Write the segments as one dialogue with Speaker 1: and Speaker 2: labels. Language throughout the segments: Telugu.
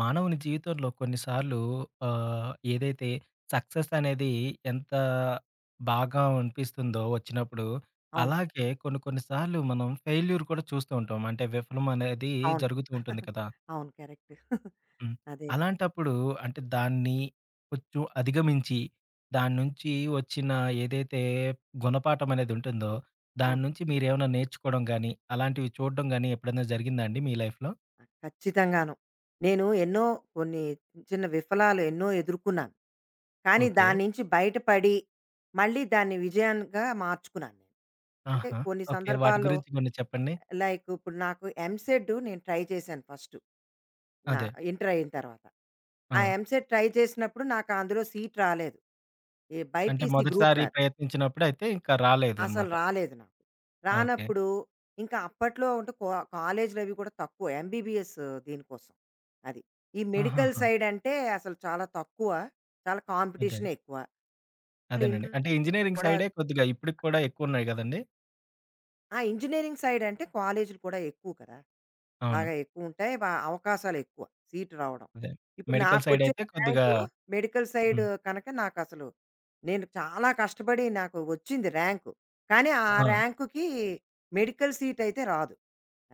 Speaker 1: మానవుని జీవితంలో కొన్నిసార్లు ఏదైతే సక్సెస్ అనేది ఎంత బాగా అనిపిస్తుందో వచ్చినప్పుడు,
Speaker 2: అవును.
Speaker 1: అలాగే కొన్ని కొన్ని సార్లు మనం ఫెయిల్యూర్ కూడా చూస్తూ ఉంటాం. అంటే విఫలం అనేది
Speaker 2: అవును.
Speaker 1: జరుగుతూ ఉంటుంది కదా!
Speaker 2: అవును. కరెక్ట్.
Speaker 1: హ్మ్.
Speaker 2: అదే.
Speaker 1: అలాంటప్పుడు అంటే దాన్ని కొంచెం అధిగమించి, దాని నుంచి వచ్చిన ఏదైతే గుణపాఠం అనేది ఉంటుందో, దాని
Speaker 2: అవును.
Speaker 1: నుంచి మీరేమైనా నేర్చుకోవడం గాని, అలాంటివి చూడడం గాని ఎప్పుడైనా జరిగిందా అండి మీ లైఫ్‌లో?
Speaker 2: ఖచ్చితంగాను. నేను ఎన్నో కొన్ని చిన్న విఫలాలు ఎన్నో ఎదుర్కొన్నాను. కానీ
Speaker 1: ఓకే.
Speaker 2: దాని నుంచి బయటపడి, మళ్ళీ దాన్ని విజయంగా మార్చుకున్నాను నేను. అంటే
Speaker 1: ఆహా!
Speaker 2: కొన్ని
Speaker 1: ఓకే, వాటి
Speaker 2: సందర్భాల్లో
Speaker 1: గురించి కొన్ని చెప్పండి.
Speaker 2: లైక్ ఇప్పుడు నాకు ఎంసెట్ నేను ట్రై చేశాను ఫస్ట్, నా
Speaker 1: అదే.
Speaker 2: ఇంటర్ అయిన తర్వాత.
Speaker 1: ఆ!
Speaker 2: ఆ ఎంసెట్ ట్రై చేసినప్పుడు నాకు అందులో సీట్ రాలేదు. ఈ
Speaker 1: అంటే
Speaker 2: బైపీసీ గ్రూప్
Speaker 1: మొదటిసారి
Speaker 2: నాది.
Speaker 1: ప్రయత్నించినప్పుడైతే ఇంకా
Speaker 2: అసలు
Speaker 1: రాలేదనమాట.
Speaker 2: రాలేదు నాకు.
Speaker 1: ఓకే.
Speaker 2: రానప్పుడు ఇంకా అప్పట్లో అంటే కాలేజీలు అవి కూడా తక్కువ. ఎంబీబీఎస్ దీనికోసం. అది. ఈ మెడికల్
Speaker 1: ఆహాహా!
Speaker 2: సైడ్ అంటే అసలు చాలా తక్కువ. చాలా
Speaker 1: అదే.
Speaker 2: కాంపిటీషనే ఎక్కువ.
Speaker 1: అదేనండి.
Speaker 2: ఇంట్లో
Speaker 1: అంటే ఇంజినీరింగ్
Speaker 2: కూడా
Speaker 1: సైడే కొద్దిగా ఇప్పటికి కూడా ఎక్కువున్నాయి గదండీ!
Speaker 2: ఆ! ఇంజినీరింగ్ సైడ్ అంటే కాలేజీలు కూడా ఎక్కువ కదా!
Speaker 1: అవును.
Speaker 2: బాగా ఎక్కువుంటాయి. బా అవకాశాలు ఎక్కువ సీటు రావడం.
Speaker 1: అదే.
Speaker 2: ఇప్పుడు
Speaker 1: మెడికల్
Speaker 2: నాకొచ్చిన
Speaker 1: సైడయితే కొద్దిగా
Speaker 2: ర్యాంకు మెడికల్ సైడ్
Speaker 1: హ్మ్.
Speaker 2: కనుక నాకసలు నేను చాలా కష్టపడి నాకు వచ్చింది ర్యాంకు. కానీ ఆ
Speaker 1: ఆ!
Speaker 2: అవును. ర్యాంకుకి మెడికల్ సీట్ అయితే రాదు.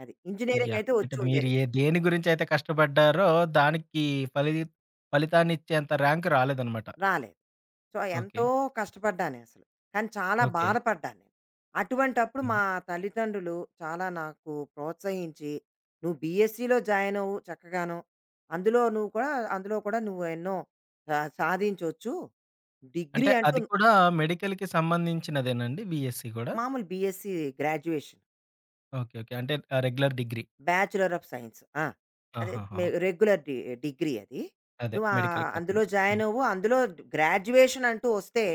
Speaker 2: అది.
Speaker 1: అయ్యా!
Speaker 2: ఇంజినీరింగ్ అయితే
Speaker 1: అంటే మీరు
Speaker 2: వచ్చుండేది.
Speaker 1: ఏ దేని గురించయితే కష్టపడ్డారో దానికి ఫలి ఫలితాన్నిచ్చేంత ర్యాంక్ రాలేదనమాట.
Speaker 2: రాలేదు. So,
Speaker 1: okay.
Speaker 2: ఎంతో కష్టపడ్డానసలు. కానీ చాలా
Speaker 1: ఓకే.
Speaker 2: బాధపడ్డాను నేను. అటువంటప్పుడు
Speaker 1: హ్మ్.
Speaker 2: మా తల్లిదండ్రులు చాలా నాకు ప్రోత్సహించి, "నువ్వు బీఎస్సీలో జాయినవ్వు చక్కగాను. అందులో నువ్వు కూడా అందులో కూడా నువ్వు ఎన్నో సాధించొచ్చు. డిగ్రీ
Speaker 1: అంటే
Speaker 2: అంటూ"
Speaker 1: అది కూడా మెడికల్‌కి సంబంధించినదేనండి బీఎస్సీ గూడా?
Speaker 2: మామూలు బీఎస్సీ గ్రాడ్యుయేషన్.
Speaker 1: ఓకే. ఓకే. అంటే regular degree.
Speaker 2: Bachelor of science. ఆ! అదే
Speaker 1: ఆహాహా!
Speaker 2: మె
Speaker 1: ఓకే.
Speaker 2: రెగ్యులర్ డి డిగ్రీ అది.
Speaker 1: అదే
Speaker 2: నువ్వు
Speaker 1: మెడికల్
Speaker 2: అందులో
Speaker 1: కాకుండా. హ్మ్.
Speaker 2: జాయిన్ అవ్వు. అందులో గ్రాడ్యుయేషన్ అంటూ వస్తే,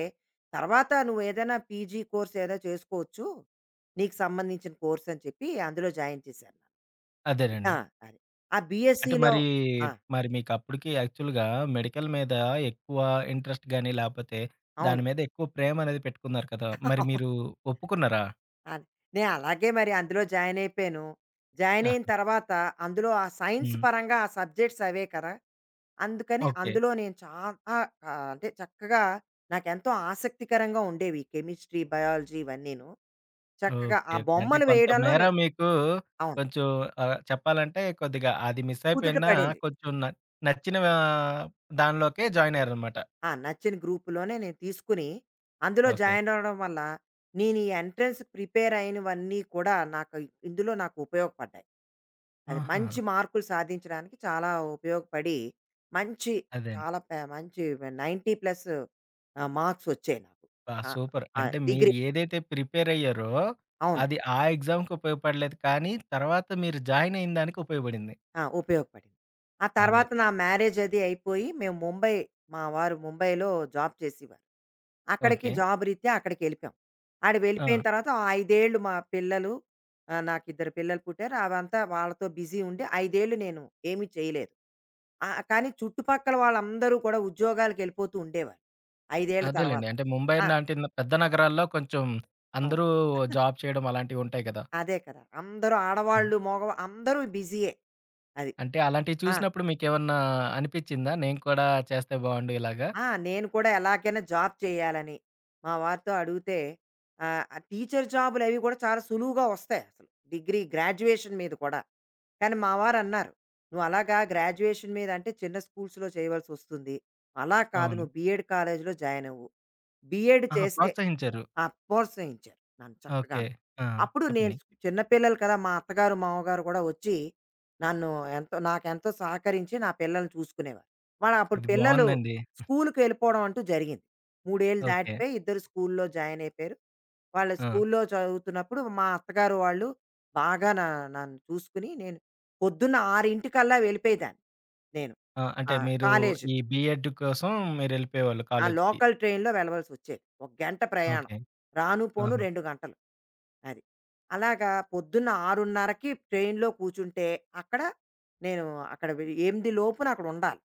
Speaker 2: తర్వాత నువ్వేదైనా పీజీ కోర్స్ ఏదో చేసుకోవచ్చు. నీకు సంబంధించిన కోర్స్ అని చెప్పి అందులో జాయిన్ చేశారు. ఆ!
Speaker 1: అదేనండి.
Speaker 2: అది. ఆ
Speaker 1: అంటే
Speaker 2: బీఎస్సీలో
Speaker 1: మరీ,
Speaker 2: ఆ!
Speaker 1: మరి మీకప్పటికి యాక్చువల్‌గా మెడికల్ మీద ఎక్కువ ఇంట్రెస్ట్ గాని, లేపోతే దాని
Speaker 2: అవును.
Speaker 1: మీద ఎక్కువ ప్రేమనేది పెట్టుకున్నారు కదా! మరి
Speaker 2: అవును.
Speaker 1: మీరు ఒప్పుకున్నారా?
Speaker 2: అది. నేను అలాగే మరి అందులో జాయిన్ అయిపోయాను. జాయిన్ అయిన
Speaker 1: ఆహ్,
Speaker 2: తర్వాత అందులో ఆ సైన్స్
Speaker 1: హ్మ్.
Speaker 2: పరంగా ఆ సబ్జెక్ట్స్ అవే కదా! అందుకని
Speaker 1: ఓకే.
Speaker 2: అందులో నేను చాలా ఆహ్, అంటే చక్కగా నాకెంతో ఆసక్తికరంగా ఉండేవి. ఈ కెమిస్ట్రీ, బయాలజీ ఇవన్నీను. చక్కగా
Speaker 1: ఓకే.
Speaker 2: ఆ
Speaker 1: ఓకే. అంటే
Speaker 2: బొమ్మలు
Speaker 1: కొంత
Speaker 2: వేయడంలో
Speaker 1: మేర
Speaker 2: నేను
Speaker 1: మీకు
Speaker 2: అవును.
Speaker 1: కొంచెం చెప్పాలంటే కొద్దిగా అది మిస్
Speaker 2: కుదుట
Speaker 1: అయిపోయినా
Speaker 2: పడింది.
Speaker 1: కొంచెం నచ్చిన దానిలోకే జాయిన్ అయ్యారనమాట.
Speaker 2: ఆ! నచ్చిన గ్రూప్‌లోనే నేను తీసుకుని, అందులో
Speaker 1: ఓకే.
Speaker 2: జాయిన్ అవ్వడం వల్ల, నేను ఈ ఎంట్రన్స్ ప్రిపేర్ అయినవన్నీ కూడా నాకు ఇందులో నాకు ఉపయోగపడ్డాయి. అది
Speaker 1: ఆహా!
Speaker 2: మంచి మార్కులు సాధించడానికి చాలా ఉపయోగపడి, మంచి
Speaker 1: అదే.
Speaker 2: చాలా పే మంచి 90+ మార్క్స్ వచ్చాయి నాకు.
Speaker 1: ఆ!
Speaker 2: ఆహ్,
Speaker 1: సూపర్.
Speaker 2: ఆ!
Speaker 1: అంటే మీరు
Speaker 2: డిగ్రీ
Speaker 1: ఏదైతే ప్రిపేర్ అయ్యారో,
Speaker 2: అవును.
Speaker 1: అది ఆ ఎగ్జామ్‌కి ఉపయోగపడలేదు. కానీ తర్వాత మీరు జాయిన్ అయిన దానికి ఉపయోగపడింది.
Speaker 2: ఆ! ఉపయోగపడింది. ఆ హ్మ్.
Speaker 1: అదే.
Speaker 2: తర్వాత నా మ్యారేజ్ అది అయిపోయి మేము ముంబై మా వారు ముంబైలో జాబ్ చేసేవారు. అక్కడికి
Speaker 1: ఓకే.
Speaker 2: ఓకే. జాబ్ రీత్యా అక్కడికెళ్ళిపోయాం. ఆడ వెళ్ళిపోయిన
Speaker 1: ఆ!
Speaker 2: తర్వాత ఆ 5 ఏళ్ళు మా పిల్లలు నాకిద్దరు పిల్లలు పుట్టారు. అవంతా వాళ్ళతో బిజీ ఉండి 5 ఏళ్ళు నేను ఏమీ చేయలేదు. కానీ చుట్టుపక్కల వాళ్ళందరూ కూడా ఉద్యోగాలకెళ్ళిపోతూ ఉండేవారు. 5 ఏళ్ళ
Speaker 1: అదేలెండి.
Speaker 2: తర్వాత.
Speaker 1: అంటే ముంబై
Speaker 2: ఆ!
Speaker 1: లాంటి పెద్ద నగరాల్లో కొంచెం
Speaker 2: అవును.
Speaker 1: అందరూ జాబ్ చేయడం అలాంటివి ఉంటాయి కదా!
Speaker 2: అదే కదా! అందరూ
Speaker 1: హ్మ్.
Speaker 2: ఆడవాళ్ళు, మగవా అందరూ బిజీయే. అది.
Speaker 1: అంటే అలాంటివి
Speaker 2: ఆ!
Speaker 1: చూసినప్పుడు మీకేమన్నా అనిపిచ్చిందా? నేను కూడా చేస్తే బాగుండు ఇలాగా.
Speaker 2: ఆ! నేను కూడా ఎలాగైనా జాబ్ చేయాలని మా వారితో అడిగితే ఆ టీచర్ జాబులవి కూడా చాలా సులువుగా వస్తాయి అసలు. డిగ్రీ, గ్రాడ్యుయేషన్ మీద కూడా. కానీ మా వారన్నారు, "నువ్వు అలాగా గ్రాడ్యుయేషన్ మీద అంటే చిన్న స్కూల్స్‌లో చేయవలసొస్తుంది. అలా కాదు
Speaker 1: అవును.
Speaker 2: నువ్వు బీఎడ్ కాలేజ్‌లో జాయినవ్వు. బీఎడ్
Speaker 1: ఆహా!
Speaker 2: చేస్తే"
Speaker 1: ప్రోత్సహించారు.
Speaker 2: ఆ ప్రోత్సహించారు నన్ను
Speaker 1: ఓకే.
Speaker 2: చక్కగాను.
Speaker 1: ఆ!
Speaker 2: అప్పుడు నేను
Speaker 1: చెప్పండి.
Speaker 2: చిన్న పిల్లలు కదా! మా అత్తగారు, మామగారు కూడా వచ్చి నన్ను ఎంతో నాకెంతో సహకరించి నా పిల్లల్ని చూసుకునేవారు. వాళ్ళు అప్పుడు
Speaker 1: ఇది
Speaker 2: పిల్లలు
Speaker 1: బావుందండి.
Speaker 2: స్కూలుకెళ్ళిపోవడం అంటూ జరిగింది. 3 ఏళ్ళు
Speaker 1: ఓకే.
Speaker 2: దాటిపోయి ఇద్దరు స్కూల్లో జాయిన్ అయిపోయారు. వాళ్ళ
Speaker 1: ఆ!
Speaker 2: స్కూల్లో చదువుతున్నప్పుడు మా అత్తగారు వాళ్ళు బాగా నా నన్ను చూసుకుని నేను పొద్దున్న 6:00కల్లా వెళ్ళిపోయేదాన్ని నేను.
Speaker 1: ఆ! అంటే మీరు
Speaker 2: కాలేజు.
Speaker 1: ఈ బీఎడ్ కోసం మీరెళ్ళిపోయేవాళ్ళు
Speaker 2: ఆ
Speaker 1: కాలేజ్‌కి.
Speaker 2: లోకల్ ట్రైన్‌లో వెళ్ళవలసొచ్చేది. ఒక గంట ప్రయాణం.
Speaker 1: ఓకే.
Speaker 2: రాను, పోను
Speaker 1: ఆహా!
Speaker 2: 2 గంటలు. అది. అలాగా పొద్దున్న 6:30కి ట్రైన్‌లో కూర్చుంటే, అక్కడ నేను అక్కడ వె 8 లోపున అక్కడ ఉండాలి.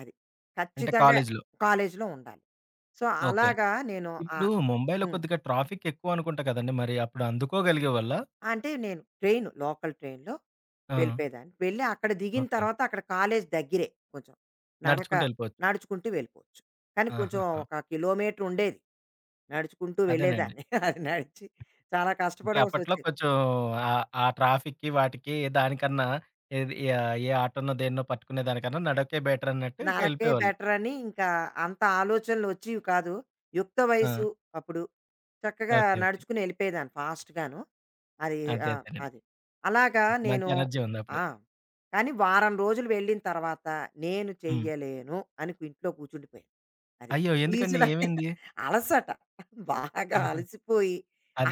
Speaker 2: అది.
Speaker 1: అంటే
Speaker 2: ఖచ్చితంగా
Speaker 1: కాలేజీలో.
Speaker 2: కాలేజీలో ఉండాలి. So,
Speaker 1: okay.
Speaker 2: అలాగా నేను
Speaker 1: ఇప్పుడు
Speaker 2: ఆహ్,
Speaker 1: ముంబైలో
Speaker 2: హ్మ్.
Speaker 1: కొద్దిగా ట్రాఫిక్ ఎక్కువ అనుకుంటా కదండీ! మరి అప్పుడు అందుకోగలిగేవాళ్ళా?
Speaker 2: అంటే నేను ట్రైను, లోకల్ ట్రైన్‌లో
Speaker 1: ఆ!
Speaker 2: వెళ్ళిపోయేదాన్ని. వెళ్ళి అక్కడ దిగిన
Speaker 1: ఓకే.
Speaker 2: తర్వాత అక్కడ కాలేజీ దగ్గరే కొంచెం. నడక
Speaker 1: నడుచుకుంటూ వెళ్ళిపోవచ్చు.
Speaker 2: నడుచుకుంటూ వెళ్ళిపోవచ్చు. కానీ కొంచెం
Speaker 1: ఆహాహా!
Speaker 2: ఒక కిలోమీటర్ ఉండేది. నడుచుకుంటూ
Speaker 1: అదేనండి.
Speaker 2: వెళ్ళేదాన్ని. అది నడిచి చాలా
Speaker 1: అంటే అప్పట్లో
Speaker 2: కష్టపడవలసొచ్చేది.
Speaker 1: కొంచెం ఆ ట్రాఫిక్‌కి వాటికి దానికన్నా ఏది ఏ ఆటోనో దేన్నో పట్టుకునే దానికన్నా నడకే బెటర్ అన్నట్టు ఇక
Speaker 2: నరకే
Speaker 1: వెళ్ళిపోయేవాళ్ళు.
Speaker 2: బెటర్ అని ఇంకా అంత ఆలోచనలు వచ్చేవి కాదు. యుక్త
Speaker 1: ఆ!
Speaker 2: వయసు అప్పుడు. చక్కగా
Speaker 1: ఓకే. ఓకే.
Speaker 2: నడుచుకుని ఎళ్ళిపోయేదాన్ని ఫాస్ట్‌గాను. అది
Speaker 1: అదే
Speaker 2: ఆ!
Speaker 1: అదేనండి.
Speaker 2: అది. అలాగా
Speaker 1: మంచి
Speaker 2: నేను
Speaker 1: ఎనర్జీ ఉందప్పుడు.
Speaker 2: ఆ! కానీ వారం రోజులు వెళ్ళిన తర్వాత నేను
Speaker 1: హ్మ్.
Speaker 2: చెయ్యలేను అని ఇంట్లో కూర్చుండిపోయాను. అది.
Speaker 1: అయ్యో! ఎందుకండి
Speaker 2: ఫీజులన్నీ
Speaker 1: ఏమైంది?
Speaker 2: అలసట. బాగా
Speaker 1: ఆహా!
Speaker 2: అలసిపోయి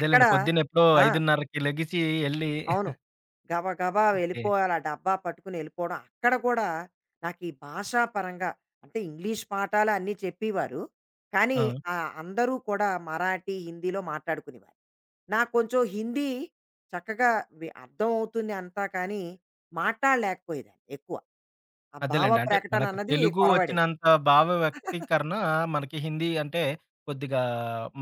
Speaker 2: అక్కడ
Speaker 1: పొద్దున్న ఎప్పుడో
Speaker 2: ఆ!
Speaker 1: 5:30కి లెగిసి ఎళ్లి
Speaker 2: అవును. గబా గబా
Speaker 1: ఓకే.
Speaker 2: వెళ్ళిపోవాలి. ఆ డబ్బా పట్టుకుని వెళ్ళిపోవడం. అక్కడ కూడా నాకు ఈ భాషా పరంగా అంటే ఇంగ్లీష్ పాఠాలు అన్నీ చెప్పేవారు. కానీ
Speaker 1: ఆ!
Speaker 2: అందరూ కూడా మరాఠీ, హిందీలో మాట్లాడుకునేవారు. నాకు కొంచెం హిందీ చక్కగా వి అర్థం అవుతుంది అంతా కానీ మాట్లాడలేకపోయేదాన్ని ఎక్కువ. ఆ భావ
Speaker 1: అదేలెండి. అంటే
Speaker 2: ప్రకటన
Speaker 1: మనకి
Speaker 2: అన్నది
Speaker 1: తెలుగు
Speaker 2: కొరవడేది.
Speaker 1: వచ్చినంత భావ వ్యక్తీకరణ మనకి హిందీ అంటే కొద్దిగా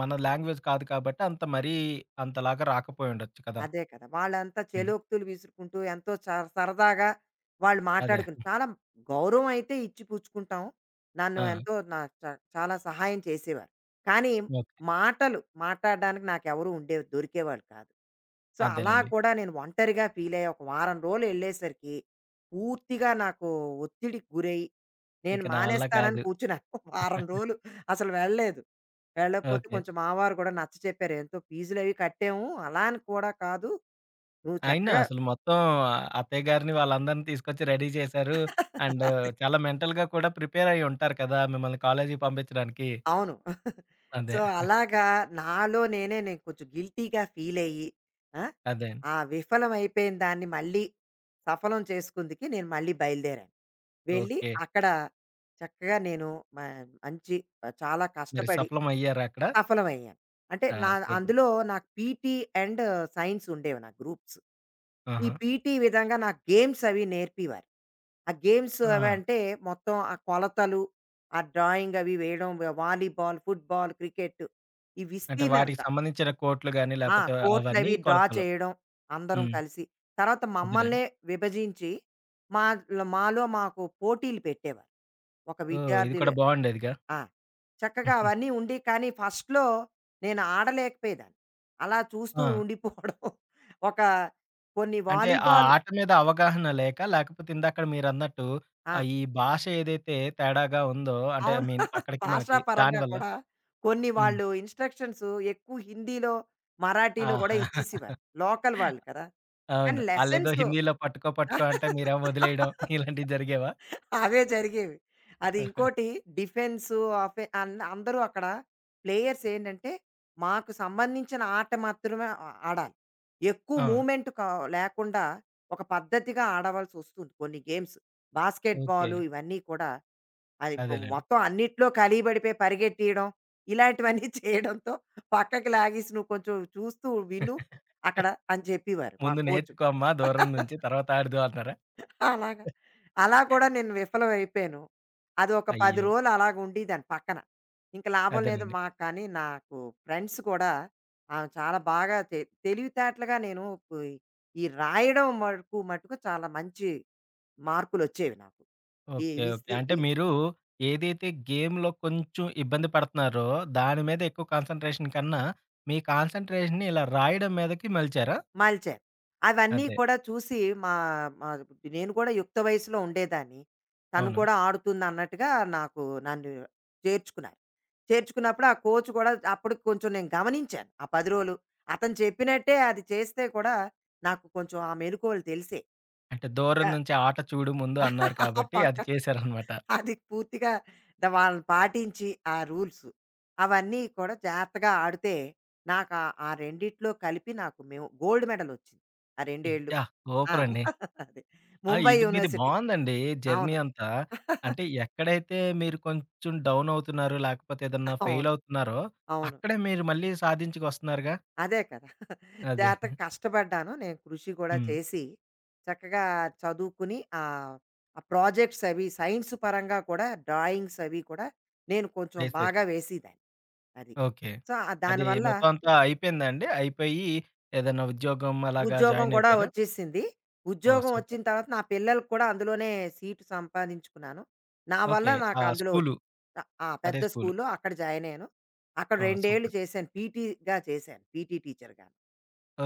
Speaker 1: మన లాంగ్వేజ్ కాదు కాబట్టి అంత మరీ అంతలాగా రాకపోయి ఉండొచ్చు కదా!
Speaker 2: అదే కదా! వాళ్ళంతా
Speaker 1: హ్మ్.
Speaker 2: చేలోక్తులు విసురుకుంటూ ఎంతో చ సరదాగా వాళ్ళు
Speaker 1: అదే.
Speaker 2: మాట్లాడుకుని చాలా గౌరవం అయితే ఇచ్చి పుచ్చుకుంటాం. నన్ను
Speaker 1: ఆ!
Speaker 2: ఎంతో నా చ చాలా సహాయం చేసేవారు. కానీ
Speaker 1: ఓకే.
Speaker 2: మాటలు మాట్లాడడానికి నాకెవరు ఉండేవి దొరికేవాళ్ళు కాదు. సో, అలా
Speaker 1: అదేలెండి.
Speaker 2: కూడా నేను ఒంటరిగా ఫీలయ్యా. ఒక వారం రోజులు ఎళ్ళేసరికి పూర్తిగా నాకు ఒత్తిడికి గురై నేను
Speaker 1: ఇక నా వల్ల
Speaker 2: మానేస్తానని
Speaker 1: కాదు.
Speaker 2: కూర్చున్నాను. వారం రోజులు అసలు వెళ్ళలేదు. వెళ్ళకపోతే
Speaker 1: ఓకే.
Speaker 2: కొంచెం మావారు కూడా నచ్చ చెప్పారు. ఎంతో ఫీజులవి కట్టాము. అలా అని కూడా కాదు. నువ్వు
Speaker 1: అయినా
Speaker 2: చక్కగా
Speaker 1: అసలు మొత్తం అత్తయ్య గారిని వాళ్ళందరిని తీసుకొచ్చి రెడీ చేశారు. అండ్ చాలా మెంటల్‌గా కూడా ప్రిపేర్ అయ్యి ఉంటారు కదా! మిమ్మల్ని కాలేజీకి పంపించడానికి.
Speaker 2: అవును.
Speaker 1: అదే.
Speaker 2: సో, అలాగా నాలో నేను కొంచెం గిల్టీగా ఫీలయ్యి ఆ!
Speaker 1: అదే.
Speaker 2: ఆ విఫలం అయిపోయిన దాన్ని మళ్ళీ సఫలం చేసుకుందుకి నేను మళ్ళీ బయలుదేరాను. వెళ్ళి
Speaker 1: ఓకే.
Speaker 2: అక్కడ చక్కగా నేను మ మంచి చాలా
Speaker 1: మరి
Speaker 2: కష్టపడి
Speaker 1: సఫలం అయ్యారా అక్కడ?
Speaker 2: సఫలమయ్యాను. అంటే
Speaker 1: ఆ!
Speaker 2: నా
Speaker 1: సూపర్.
Speaker 2: అందులో నాకు పీటీ అండ్ సైన్స్ ఉండేవి నా గ్రూప్స్. ఈ
Speaker 1: ఆహా!
Speaker 2: పీటీ విధంగా నాకు గేమ్స్ అవి నేర్పేవారు. ఆ గేమ్స్ అవి
Speaker 1: ఆ!
Speaker 2: అంటే మొత్తం ఆ కొలతలు, ఆ డ్రాయింగ్ అవి వేయడం, వాలీబాల్, ఫుట్‌బాల్, క్రికెట్, ఈ
Speaker 1: అంటే వాటికి
Speaker 2: విస్తీర్ణత,
Speaker 1: సంబంధించిన కోట్లు గాని,
Speaker 2: ఆ!
Speaker 1: లేపోతే అవన్నీ
Speaker 2: కోర్ట్‌లవి డ్రా
Speaker 1: కొలతలు.
Speaker 2: చేయడం అందరం
Speaker 1: హ్మ్.
Speaker 2: కలిసి. తర్వాత
Speaker 1: అదేనండి.
Speaker 2: మమ్మల్నే విభజించి మాలో మాలో మాకు పోటీలు పెట్టేవారు. ఒక
Speaker 1: ఓహ్! ఇది కూడా
Speaker 2: విద్యార్థులు
Speaker 1: బావుండేదిగా.
Speaker 2: ఆ! చక్కగా అవన్నీ ఉండి కానీ ఫస్ట్‌లో నేను ఆడలేకపోయేదాన్ని. అలా చూస్తూ
Speaker 1: ఆ!
Speaker 2: ఉండిపోవడం ఒక కొన్ని
Speaker 1: అంటే ఆ
Speaker 2: వాలీబాల్
Speaker 1: ఆట మీద అవగాహన లేక, లేకపోతే ఇందాకడ మీరన్నట్టు
Speaker 2: ఆ!
Speaker 1: ఈ భాష ఏదైతే తేడాగా ఉందో అంటే ఐ
Speaker 2: అవును.
Speaker 1: మీన్ అక్కడికి
Speaker 2: భాషా
Speaker 1: మనకి
Speaker 2: పరంగా
Speaker 1: దానివల్ల.
Speaker 2: కూడా కొన్ని
Speaker 1: హ్మ్.
Speaker 2: వాళ్ళు ఇన్‌స్ట్రక్షన్స్ ఎక్కువ హిందీలో, మరాఠీలో కూడా
Speaker 1: ఆహా!
Speaker 2: ఇచ్చేసేవారు. లోకల్ వాళ్ళు కదా! కానీ
Speaker 1: అవును. ఆళ్ళేదో
Speaker 2: లెసన్స్
Speaker 1: హిందీలో పట్టుకో, పట్టుకో అంటే మీరేమో వదిలేయడం ఇలాంటివి జరిగేవా?
Speaker 2: అవే జరిగేవి. అది ఇంకోటి డిఫెన్సు, అఫె అన్ అందరూ అక్కడ ప్లేయర్స్ ఏంటంటే, మాకు సంబంధించిన ఆట మాత్రమే ఆ ఆడాలి. ఎక్కువ
Speaker 1: ఆ!
Speaker 2: మూవ్‌మెంట్ కా లేకుండా ఒక పద్ధతిగా ఆడవలసొస్తుంది కొన్ని గేమ్స్. Basket
Speaker 1: okay.
Speaker 2: బాలు ఇవన్నీ కూడా అది బ్
Speaker 1: అదేలెండి.
Speaker 2: మొత్తం అన్నిట్లో కలిబడిపోయి పరిగెట్టేయడం, ఇలాంటివన్నీ చేయడంతో పక్కకి లాగేసి, "నువ్వు కొంచెం చూస్తూ విను అక్కడ" అని చెప్పేవారు మా
Speaker 1: ముందు
Speaker 2: కోచు.
Speaker 1: నేర్చుకో అమ్మా దూరం నుంచి తర్వాత ఆడుదువు అన్నారా?
Speaker 2: అలాగా. అలా కూడా నేను విఫలం అయిపోయాను. అది ఒక 10
Speaker 1: అయ్యో!
Speaker 2: రోజులు అలాగ ఉండేదాన్ని పక్కన. ఇంక లాభం లేదు
Speaker 1: అదేనండి.
Speaker 2: మాకు కానీ నాకు ఫ్రెండ్స్ కూడా ఆమె చాలా బాగా తె తెలివితేటలుగా నేను పు ఈ రాయడం మటుకు మటుకు చాలా మంచి మార్కులొచ్చేవి నాకు. ఈ
Speaker 1: ఓకే. ఓకే.
Speaker 2: విస్తి
Speaker 1: అంటే
Speaker 2: ఈ
Speaker 1: మీరు ఏదైతే గేమ్‌లో కొంచెం ఇబ్బంది పడుతున్నారో, దాని మీద ఎక్కువ కాన్సంట్రేషన్ కన్నా, మీ కాన్సంట్రేషన్‌ని ఇలా రాయడం మీదకి మలిచారా?
Speaker 2: మలిచారు. అవన్నీ
Speaker 1: అదే.
Speaker 2: కూడా చూసి మా మా నేను కూడా యుక్త వయసులో ఉండేదాన్ని. తను
Speaker 1: అవును.
Speaker 2: కూడా ఆడుతుందన్నట్టుగా నాకు నన్ను చేర్చుకున్నారు. చేర్చుకున్నప్పుడు ఆ కోచ్ కూడా అప్పటికి కొంచెం నేను గమనించాను. ఆ 10 రోజులు. అతను చెప్పినట్టే అది చేస్తే కూడా నాకు కొంచెం ఆ మెళకువలు తెలిసేయి.
Speaker 1: అంటే
Speaker 2: క
Speaker 1: దూరం నుంచి ఆట చూడు ముందు
Speaker 2: ఆ
Speaker 1: అన్నారు కాబట్టి
Speaker 2: పక్క
Speaker 1: అది చేశారనమాట.
Speaker 2: అది పూర్తిగా ద వాళ్ళని పాటించి ఆ రూల్స్ అవన్నీ కూడా జాగ్రత్తగా ఆడితే నాకు ఆ ఆ రెండిట్లో కలిపి నాకు మేము గోల్డ్ మెడల్ ఒచ్చింది. ఆ రెండేళ్ళు.
Speaker 1: యాహ్!
Speaker 2: ఆ!
Speaker 1: సూపరండి.
Speaker 2: అదే.
Speaker 1: ఆ!
Speaker 2: ముంబై
Speaker 1: ఇది మీది
Speaker 2: యూనివర్సిటీ.
Speaker 1: బావుందండి జర్నీ
Speaker 2: అవును.
Speaker 1: అంతా. అంటే ఎక్కడైతే మీరు కొంచెం డౌన్ అవుతున్నారో, లేకపోతే ఏదన్నా ఫెయిల్
Speaker 2: అవును.
Speaker 1: అవుతున్నారో,
Speaker 2: అవును.
Speaker 1: అక్కడే మీరు మళ్ళీ సాధించుకొస్తున్నారుగా.
Speaker 2: అదే కదా!
Speaker 1: అదే.
Speaker 2: జాగ్రత్తగా కష్టపడ్డాను. నేను కృషి కూడా
Speaker 1: హ్మ్.
Speaker 2: చేసి, చక్కగా చదువుకుని ఆ ప్రాజెక్ట్స్ అవి సైన్స్ పరంగా కూడా డ్రాయింగ్స్ అవి కూడా నేను కొంచెం
Speaker 1: చేశారు.
Speaker 2: బాగా వేసేదాన్ని. అది.
Speaker 1: ఓకే.
Speaker 2: సో, ఆ
Speaker 1: అది
Speaker 2: దానివల్ల
Speaker 1: మొత్తం అంతా అయిపోయిందా అండి? అయిపోయి ఏదైనా ఉద్యోగం అలాగా
Speaker 2: ఉద్యోగం
Speaker 1: జాయిన్
Speaker 2: గూడా
Speaker 1: అయిపోయారా?
Speaker 2: వచ్చేసింది.
Speaker 1: ఓహ్!
Speaker 2: ఉద్యోగం
Speaker 1: సూపర్.
Speaker 2: వచ్చిన తర్వాత నా పిల్లలకి కూడా అందులోనే సీటు సంపాదించుకున్నాను. నా వల్ల
Speaker 1: ఓకే. ఆ!
Speaker 2: నాకు అందులో ఒచ్
Speaker 1: స్కూలు.
Speaker 2: అ ఆ!
Speaker 1: అదే
Speaker 2: పెద్ద
Speaker 1: స్కూలు.
Speaker 2: స్కూల్‌లో అక్కడ జాయిన్ అయ్యాను. అక్కడ
Speaker 1: ఓహ్!
Speaker 2: 2 ఏళ్ళు
Speaker 1: సూపర్.
Speaker 2: చేశాను. పీటీగా చేశాను. పీటీ టీచర్‌గాను.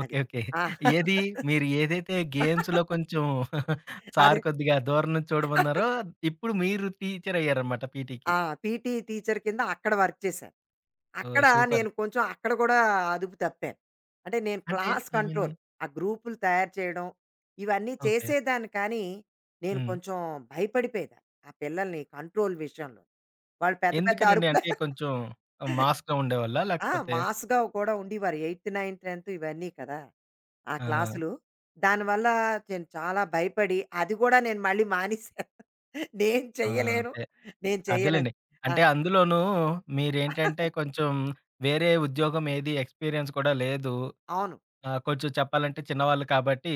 Speaker 1: ఓకే.
Speaker 2: అది.
Speaker 1: ఓకే.
Speaker 2: ఆ!
Speaker 1: ఏది మీరు ఏదైతే గేమ్స్‌లో కొంచెం సార్
Speaker 2: అదే.
Speaker 1: కొద్దిగా దూరం నుంచి చూడమన్నారో, ఇప్పుడు మీరు టీచర్ అయ్యారన్నమాట పీటీకి.
Speaker 2: ఆ! పీటీ టీచర్ కింద అక్కడ వర్క్ చేశాను.
Speaker 1: ఓహ్!
Speaker 2: అక్కడ
Speaker 1: సూపర్.
Speaker 2: నేను కొంచెం అక్కడ కూడా అదుపు తప్పాను. అంటే నేను
Speaker 1: అంటే
Speaker 2: క్లాస్
Speaker 1: ఇవన్నీ
Speaker 2: కంట్రోల్. ఆ గ్రూపులు తయారు చేయడం, ఇవన్నీ
Speaker 1: ఓకే.
Speaker 2: చేసేదాన్ని కానీ, నేను
Speaker 1: హ్మ్.
Speaker 2: కొంచెం భయపడిపోయేదాన్ని. ఆ పిల్లల్ని కంట్రోల్ విషయంలో. వాళ్ళు పెద్ద పెద్ద
Speaker 1: ఎందుకనండి?
Speaker 2: అరుపులు
Speaker 1: అంటే కొంచెం మాస్‌గా ఉండేవాళ్ళా?
Speaker 2: ఆ!
Speaker 1: లేకపోతే
Speaker 2: మాస్‌గా కూడా ఉండేవారు. 8, 9, 10 ఇవన్నీ కదా! ఆ
Speaker 1: ఆ!
Speaker 2: క్లాసులు. దానివల్ల నేను చాలా భయపడి, అది కూడా నేను మళ్ళీ మానేసాను. నేను
Speaker 1: ఆ!
Speaker 2: చెయ్యలేను.
Speaker 1: అదే.
Speaker 2: నేను చెయ్యనని.
Speaker 1: అదేలెండి.
Speaker 2: ఆ!
Speaker 1: అంటే అందులోనూ మీరేంటంటే కొంచెం వేరే ఉద్యోగం ఏది ఎక్స్‌పీరియన్స్ కూడా లేదు.
Speaker 2: అవును.
Speaker 1: కొంచెం చెప్పాలంటే చిన్నవాళ్ళు కాబట్టి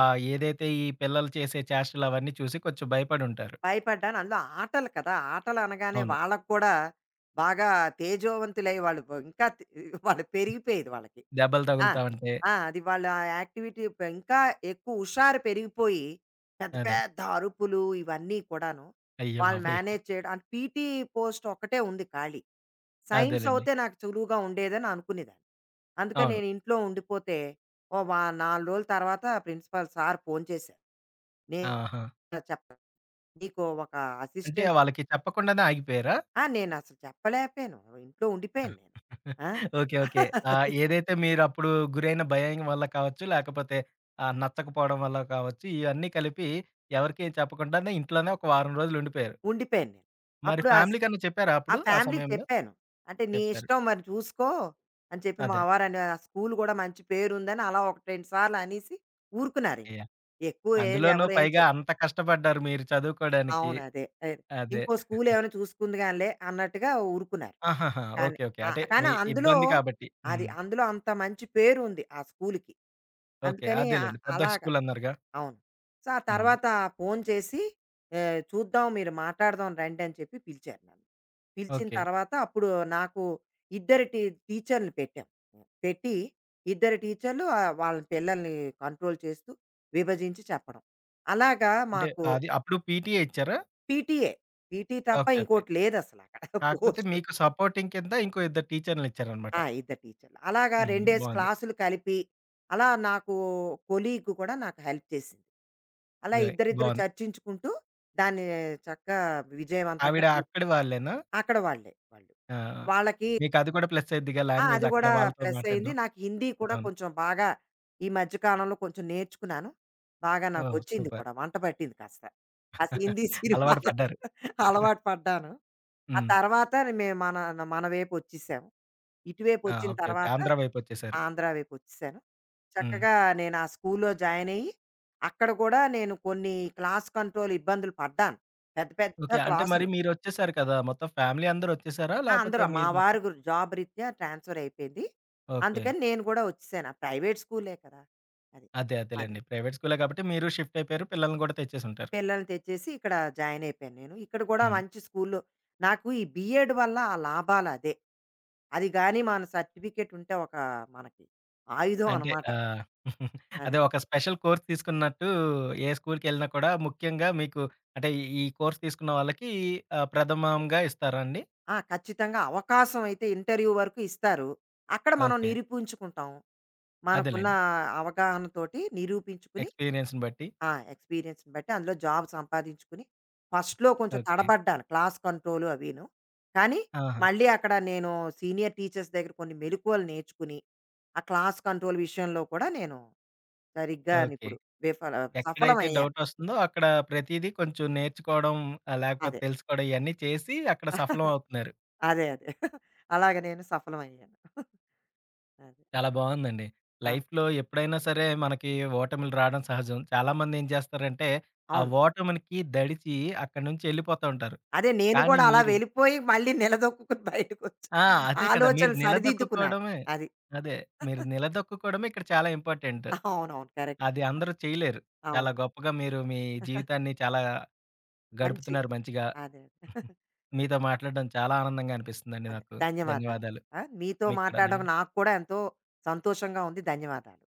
Speaker 1: ఏదైతే ఈ పిల్లలు చేసే చేష్టలు అవన్నీ చూసి కొంచెం భయపడుంటారు.
Speaker 2: భయపడ్డాను. అందులో ఆటలు కదా! ఆటలు అనగానే
Speaker 1: అవును.
Speaker 2: వాళ్ళకి కూడా బాగా తేజోవంతులై వాళ్ళు బ ఇంకా తి వాళ్ళు పెరిగిపోయేది వాళ్ళకి.
Speaker 1: దెబ్బలు
Speaker 2: ఆ!
Speaker 1: తగులుతా ఉంటే.
Speaker 2: ఆ! అది వాళ్ళ యాక్టివిటీ ప ఇంకా ఎక్కువ హుషారు పెరిగిపోయి, పెద్ద
Speaker 1: అదే.
Speaker 2: పెద్ద అరుపులు ఇవన్నీ కూడాను.
Speaker 1: అయ్య
Speaker 2: వాళ్ళు
Speaker 1: బాబోయ్!
Speaker 2: మేనేజ్ చేయడం అంటే పీటీ పోస్ట్ ఒక్కటే ఉంది ఖాళీ. సైన్స్
Speaker 1: అదేలెండి.
Speaker 2: అవుతే నాకు సులువుగా ఉండేదని అనుకునేదాన్ని. అందుకని
Speaker 1: అవును.
Speaker 2: నేను ఇంట్లో ఉండిపోతే, ఓ వా 4 రోజుల తర్వాత ప్రిన్సిపల్ సార్ ఫోను చేశారు.
Speaker 1: ఆహా!
Speaker 2: నేను చెప్ నీకు ఒక
Speaker 1: అంటే
Speaker 2: అసిస్టెంట్
Speaker 1: వాళ్ళకి చెప్పకుండానే ఆగిపోయారా?
Speaker 2: ఆ! నేనసలు చెప్పలేకపోయాను. ఇంట్లో ఉండిపోయాను నేను. ఆ!
Speaker 1: ఓకే. ఓకే.
Speaker 2: అది
Speaker 1: ఏదైతే మీరప్పుడు గురైన భయం వల్ల కావచ్చు, లేకపోతే నచ్చకపోవడం వల్ల కావచ్చు, ఇవన్నీ కలిపి ఎవరికీ చెప్పకుండానే ఇంట్లోనే ఒక వారం రోజులుండిపోయారు.
Speaker 2: ఉండిపోయాను నేను.
Speaker 1: మరి
Speaker 2: అప్పుడు అస్
Speaker 1: ఫ్యామిలీకన్నా చెప్పారా
Speaker 2: ఆ
Speaker 1: అప్పుడు? ఆ
Speaker 2: ఫ్యామిలీకి
Speaker 1: సమయంలో?
Speaker 2: చెప్పాను. అంటే, "నీ
Speaker 1: చెప్పారు.
Speaker 2: ఇష్టం మరి చూసుకో" అని చెప్పి మా
Speaker 1: అదే.
Speaker 2: వారని ఆ స్కూల్ గూడా మంచి పేరుందని అలా ఒక 2 సార్లు అనేసి ఊరుకున్నారింక.
Speaker 1: యాహ్!
Speaker 2: ఎక్కువ ఏది
Speaker 1: అందులోనూ
Speaker 2: ఎవరేం
Speaker 1: పైగా
Speaker 2: చె
Speaker 1: అంత కష్టపడ్డారు మీరు చదువుకోడానికి.
Speaker 2: అవును. అదే.
Speaker 1: అదే.
Speaker 2: ఇంకో స్కూలేమైనా చూసుకుందిగానిలే అన్నట్టుగా ఊరుకున్నారు.
Speaker 1: ఆహాహా!
Speaker 2: కానీ
Speaker 1: ఓకే. ఓకే. అంటే మీ
Speaker 2: కానీ అందులో
Speaker 1: ఇబ్బంది కాబట్టి.
Speaker 2: అది
Speaker 1: హ్మ్.
Speaker 2: అందులో అంత మంచి పేరుంది ఆ స్కూలుకి.
Speaker 1: ఓకే.
Speaker 2: అందుకని
Speaker 1: అదేలెండి. పెద్ద
Speaker 2: అలాగ
Speaker 1: స్కూలన్నారుగా.
Speaker 2: అవును. సో, ఆ
Speaker 1: హ్మ్.
Speaker 2: తర్వాత ఫోను చేసి చూద్దాం మీరు మాట్లాడదాం రండి అని చెప్పి పిలిచారు నన్ను. పిలిచిన
Speaker 1: ఓకే.
Speaker 2: తర్వాత అప్పుడు నాకు ఇద్దరు టీ టీచర్‌లు పెట్టాం. పెట్టి ఇద్దరు టీచర్‌లు వాళ్ళ పిల్లల్ని కంట్రోల్ చేస్తూ విభజించి చెప్పడం. అలాగా
Speaker 1: అంటే
Speaker 2: మాకు
Speaker 1: అది అప్పుడు పీటీఏ ఇచ్చారా?
Speaker 2: పీటీఏ. పీటీ తప్ప
Speaker 1: ఓకే. ఓకే.
Speaker 2: ఇంకోటి లేదసలక్కడ
Speaker 1: కాకపోతే
Speaker 2: పోస్ట్.
Speaker 1: మీకు సపోర్టింగ్ కింద ఇంకో ఇద్దరు టీచర్‌లనిచ్చారనమాట.
Speaker 2: ఆ! ఇద్దరు టీచర్లు. అలాగా
Speaker 1: హ్మ్.
Speaker 2: 2 డేస్
Speaker 1: బావుంది.
Speaker 2: క్లాసులు కలిపి, అలా నాకు కొలీగ్ కూడా నాకు హెల్ప్ చేసింది. అలా
Speaker 1: నిజమే
Speaker 2: ఇద్దరిద్దరు
Speaker 1: బావుంది.
Speaker 2: చర్చించుకుంటూ దాన్ని చక్కగా విజయవంతంగా
Speaker 1: ఆవిడ
Speaker 2: పూర్
Speaker 1: అక్కడి వాళ్ళేనా?
Speaker 2: అక్కడ వాళ్ళే.
Speaker 1: ఆ!
Speaker 2: వాళ్ళకి
Speaker 1: మీకు అది కూడా ప్లస్ అయిద్దిగా
Speaker 2: ఆ!
Speaker 1: లాంగ్వేజ్
Speaker 2: అది
Speaker 1: అక్కడ
Speaker 2: గూడా
Speaker 1: వాళ్ళతో
Speaker 2: ప్లస్ అయింది.
Speaker 1: మాట్లాడడం.
Speaker 2: నాకు హిందీ కూడా
Speaker 1: అవును.
Speaker 2: కొంచెం బాగా ఈ మధ్య కాలంలో కొంచెం నేర్చుకున్నాను. బాగా
Speaker 1: ఓహ్!
Speaker 2: నాకొచ్చింది
Speaker 1: సూపర్.
Speaker 2: కూడా వంట పట్టింది కాస్త. ఆ హిందీ
Speaker 1: అలవాటు
Speaker 2: సినిమాలకి
Speaker 1: పడ్డారు.
Speaker 2: అలవాటు పడ్డాను. ఆ
Speaker 1: హ్మ్.
Speaker 2: తర్వాత మేము మన మన వైపు వచ్చేసాము. ఇటువైపు
Speaker 1: ఆ!
Speaker 2: వచ్చిన
Speaker 1: ఓకే. ఓకే.
Speaker 2: తర్వాత
Speaker 1: ఆంధ్ర వైపొచ్చేసారు.
Speaker 2: ఆంధ్ర వైపొచ్చేశాను.
Speaker 1: హ్మ్.
Speaker 2: చక్కగా నేను ఆ స్కూల్లో జాయిన్ అయ్యి, అక్కడ కూడా నేను కొన్ని క్లాస్ కంట్రోల్ ఇబ్బందులు పడ్డాను. పెద్ద పెద్ద
Speaker 1: ఓకే. అంటే మరి
Speaker 2: క్లాసులు.
Speaker 1: మీరొచ్చేసారు కదా! మొత్తం ఫ్యామిలీ అందరొచ్చేసారా?
Speaker 2: ఆ!
Speaker 1: లేపోతే
Speaker 2: అందరూ మా
Speaker 1: మీరు మాత్రం
Speaker 2: వారు గు జాబ్ రీత్యా ట్రాన్స్‌ఫర్ అయిపోయింది.
Speaker 1: ఓకే.
Speaker 2: అందుకని నేను కూడా వచ్చేసాను. ఆ ప్రైవేట్ స్కూలే కదా! అది.
Speaker 1: అదే
Speaker 2: అదే.
Speaker 1: అదేలెండి. ప్రైవేట్ స్కూలే కాబట్టి మీరు షిఫ్ట్ అయిపోయారు. పిల్లల్ని కూడా తెచ్చేసుంటారు.
Speaker 2: పిల్లల్ని తెచ్చేసి ఇక్కడ జాయిన్ అయిపోయాను నేను. ఇక్కడ కూడా
Speaker 1: హ్మ్.
Speaker 2: మంచి స్కూల్లో నాకు ఈ బీఎడ్ వల్ల ఆ లాభాలు అదే. అది గాని మన సర్టిఫికేట్ ఉంటే ఒక మనకి ఆయుధం
Speaker 1: అంటే
Speaker 2: అనమాట.
Speaker 1: అదే
Speaker 2: అది.
Speaker 1: ఒక స్పెషల్ కోర్స్ తీసుకున్నట్టు ఏ స్కూల్‌కెళ్ళినా కూడా ముఖ్యంగా మీకు అంటే ఈ కోర్స్ తీసుకున్న వాళ్ళకి ప్రథమంగా ఇస్తారా అండి?
Speaker 2: ఆ! ఖచ్చితంగా అవకాశం అయితే ఇంటర్వ్యూ వరకు ఇస్తారు. అక్కడ మనం
Speaker 1: ఓకే.
Speaker 2: నిరూపించుకుంటాం. మనకున్న
Speaker 1: అదేలెండి.
Speaker 2: అవగాహనతోటి నిరూపించుకుని
Speaker 1: ఎక్స్‌పీరియన్స్‌ని బట్టి.
Speaker 2: ఆ! ఎక్స్‌పీరియన్స్‌ని బట్టి అందులో జాబ్ సంపాదించుకుని ఫస్ట్‌లో కొంచెం
Speaker 1: ఓకే.
Speaker 2: తడబడ్డాను. క్లాస్ కంట్రోల్ అవిను. కానీ
Speaker 1: ఆహా!
Speaker 2: మళ్ళీ అక్కడ నేను సీనియర్ టీచర్స్ దగ్గర కొన్ని మెలుకువలు నేర్చుకుని, ఆ క్లాస్ కంట్రోల్ విషయంలో కూడా నేను సరిగ్గా
Speaker 1: ఓకే.
Speaker 2: ఇప్పుడు విఫల
Speaker 1: ఎక్కడైతే
Speaker 2: సఫలమయ్యాను.
Speaker 1: డౌటొస్తుందో అక్కడ ప్రతీదీ కొంచెం నేర్చుకోవడం లేకపోతే
Speaker 2: అదే.
Speaker 1: తెలుసుకోవడం ఇయన్నీ చేసి అక్కడ సఫలం అవుతున్నారు.
Speaker 2: అదే. అలాగ నేను సఫలమయ్యాను. అదే.
Speaker 1: చాలా బావుందండి.
Speaker 2: ఆ!
Speaker 1: లైఫ్‌లో ఎప్పుడైనా సరే మనకి ఓటములు రావడం సహజం. చాలామంది ఏం చేస్తారంటే, ఆ
Speaker 2: అవును.
Speaker 1: ఓటమునికి దడిచి అక్కడి నుంచి ఎళ్ళిపోతా ఉంటారు.
Speaker 2: అదే నేను
Speaker 1: కానీ
Speaker 2: కూడా అలా
Speaker 1: మీరు
Speaker 2: వెళ్ళిపోయి మళ్ళీ నిలదొక్కుకుని బయటకొచ్చా.
Speaker 1: ఆ! అదే కదా! మీరు
Speaker 2: ఆలోచనలు సరిదిద్దుకున్నాను.
Speaker 1: నిలదొక్కుకోవడమే
Speaker 2: అది.
Speaker 1: అదే. మీరు నిలదొక్కుకోవడమే ఇక్కడ చాలా ఇంపార్టెంట్.
Speaker 2: అవునవును. కరెక్ట్.
Speaker 1: అది అందరూ చేయలేరు. చాలా
Speaker 2: అవును.
Speaker 1: గొప్పగా మీరు మీ జీవితాన్ని చాలా
Speaker 2: మంచి
Speaker 1: గడుపుతున్నారు మంచిగా.
Speaker 2: అదే.
Speaker 1: మీతో మాట్లాడడం చాలా ఆనందంగా అనిపిస్తుందండి
Speaker 2: అదే.
Speaker 1: నాకు.
Speaker 2: ధన్యవాదాలండి.
Speaker 1: ధన్యవాదాలు.
Speaker 2: ఆ! మీతో
Speaker 1: మీకు కూడా
Speaker 2: మాట్లాడడం
Speaker 1: ధన్యవాదాలు.
Speaker 2: నాకు కూడా ఎంతో సంతోషంగా ఉంది. ధన్యవాదాలు.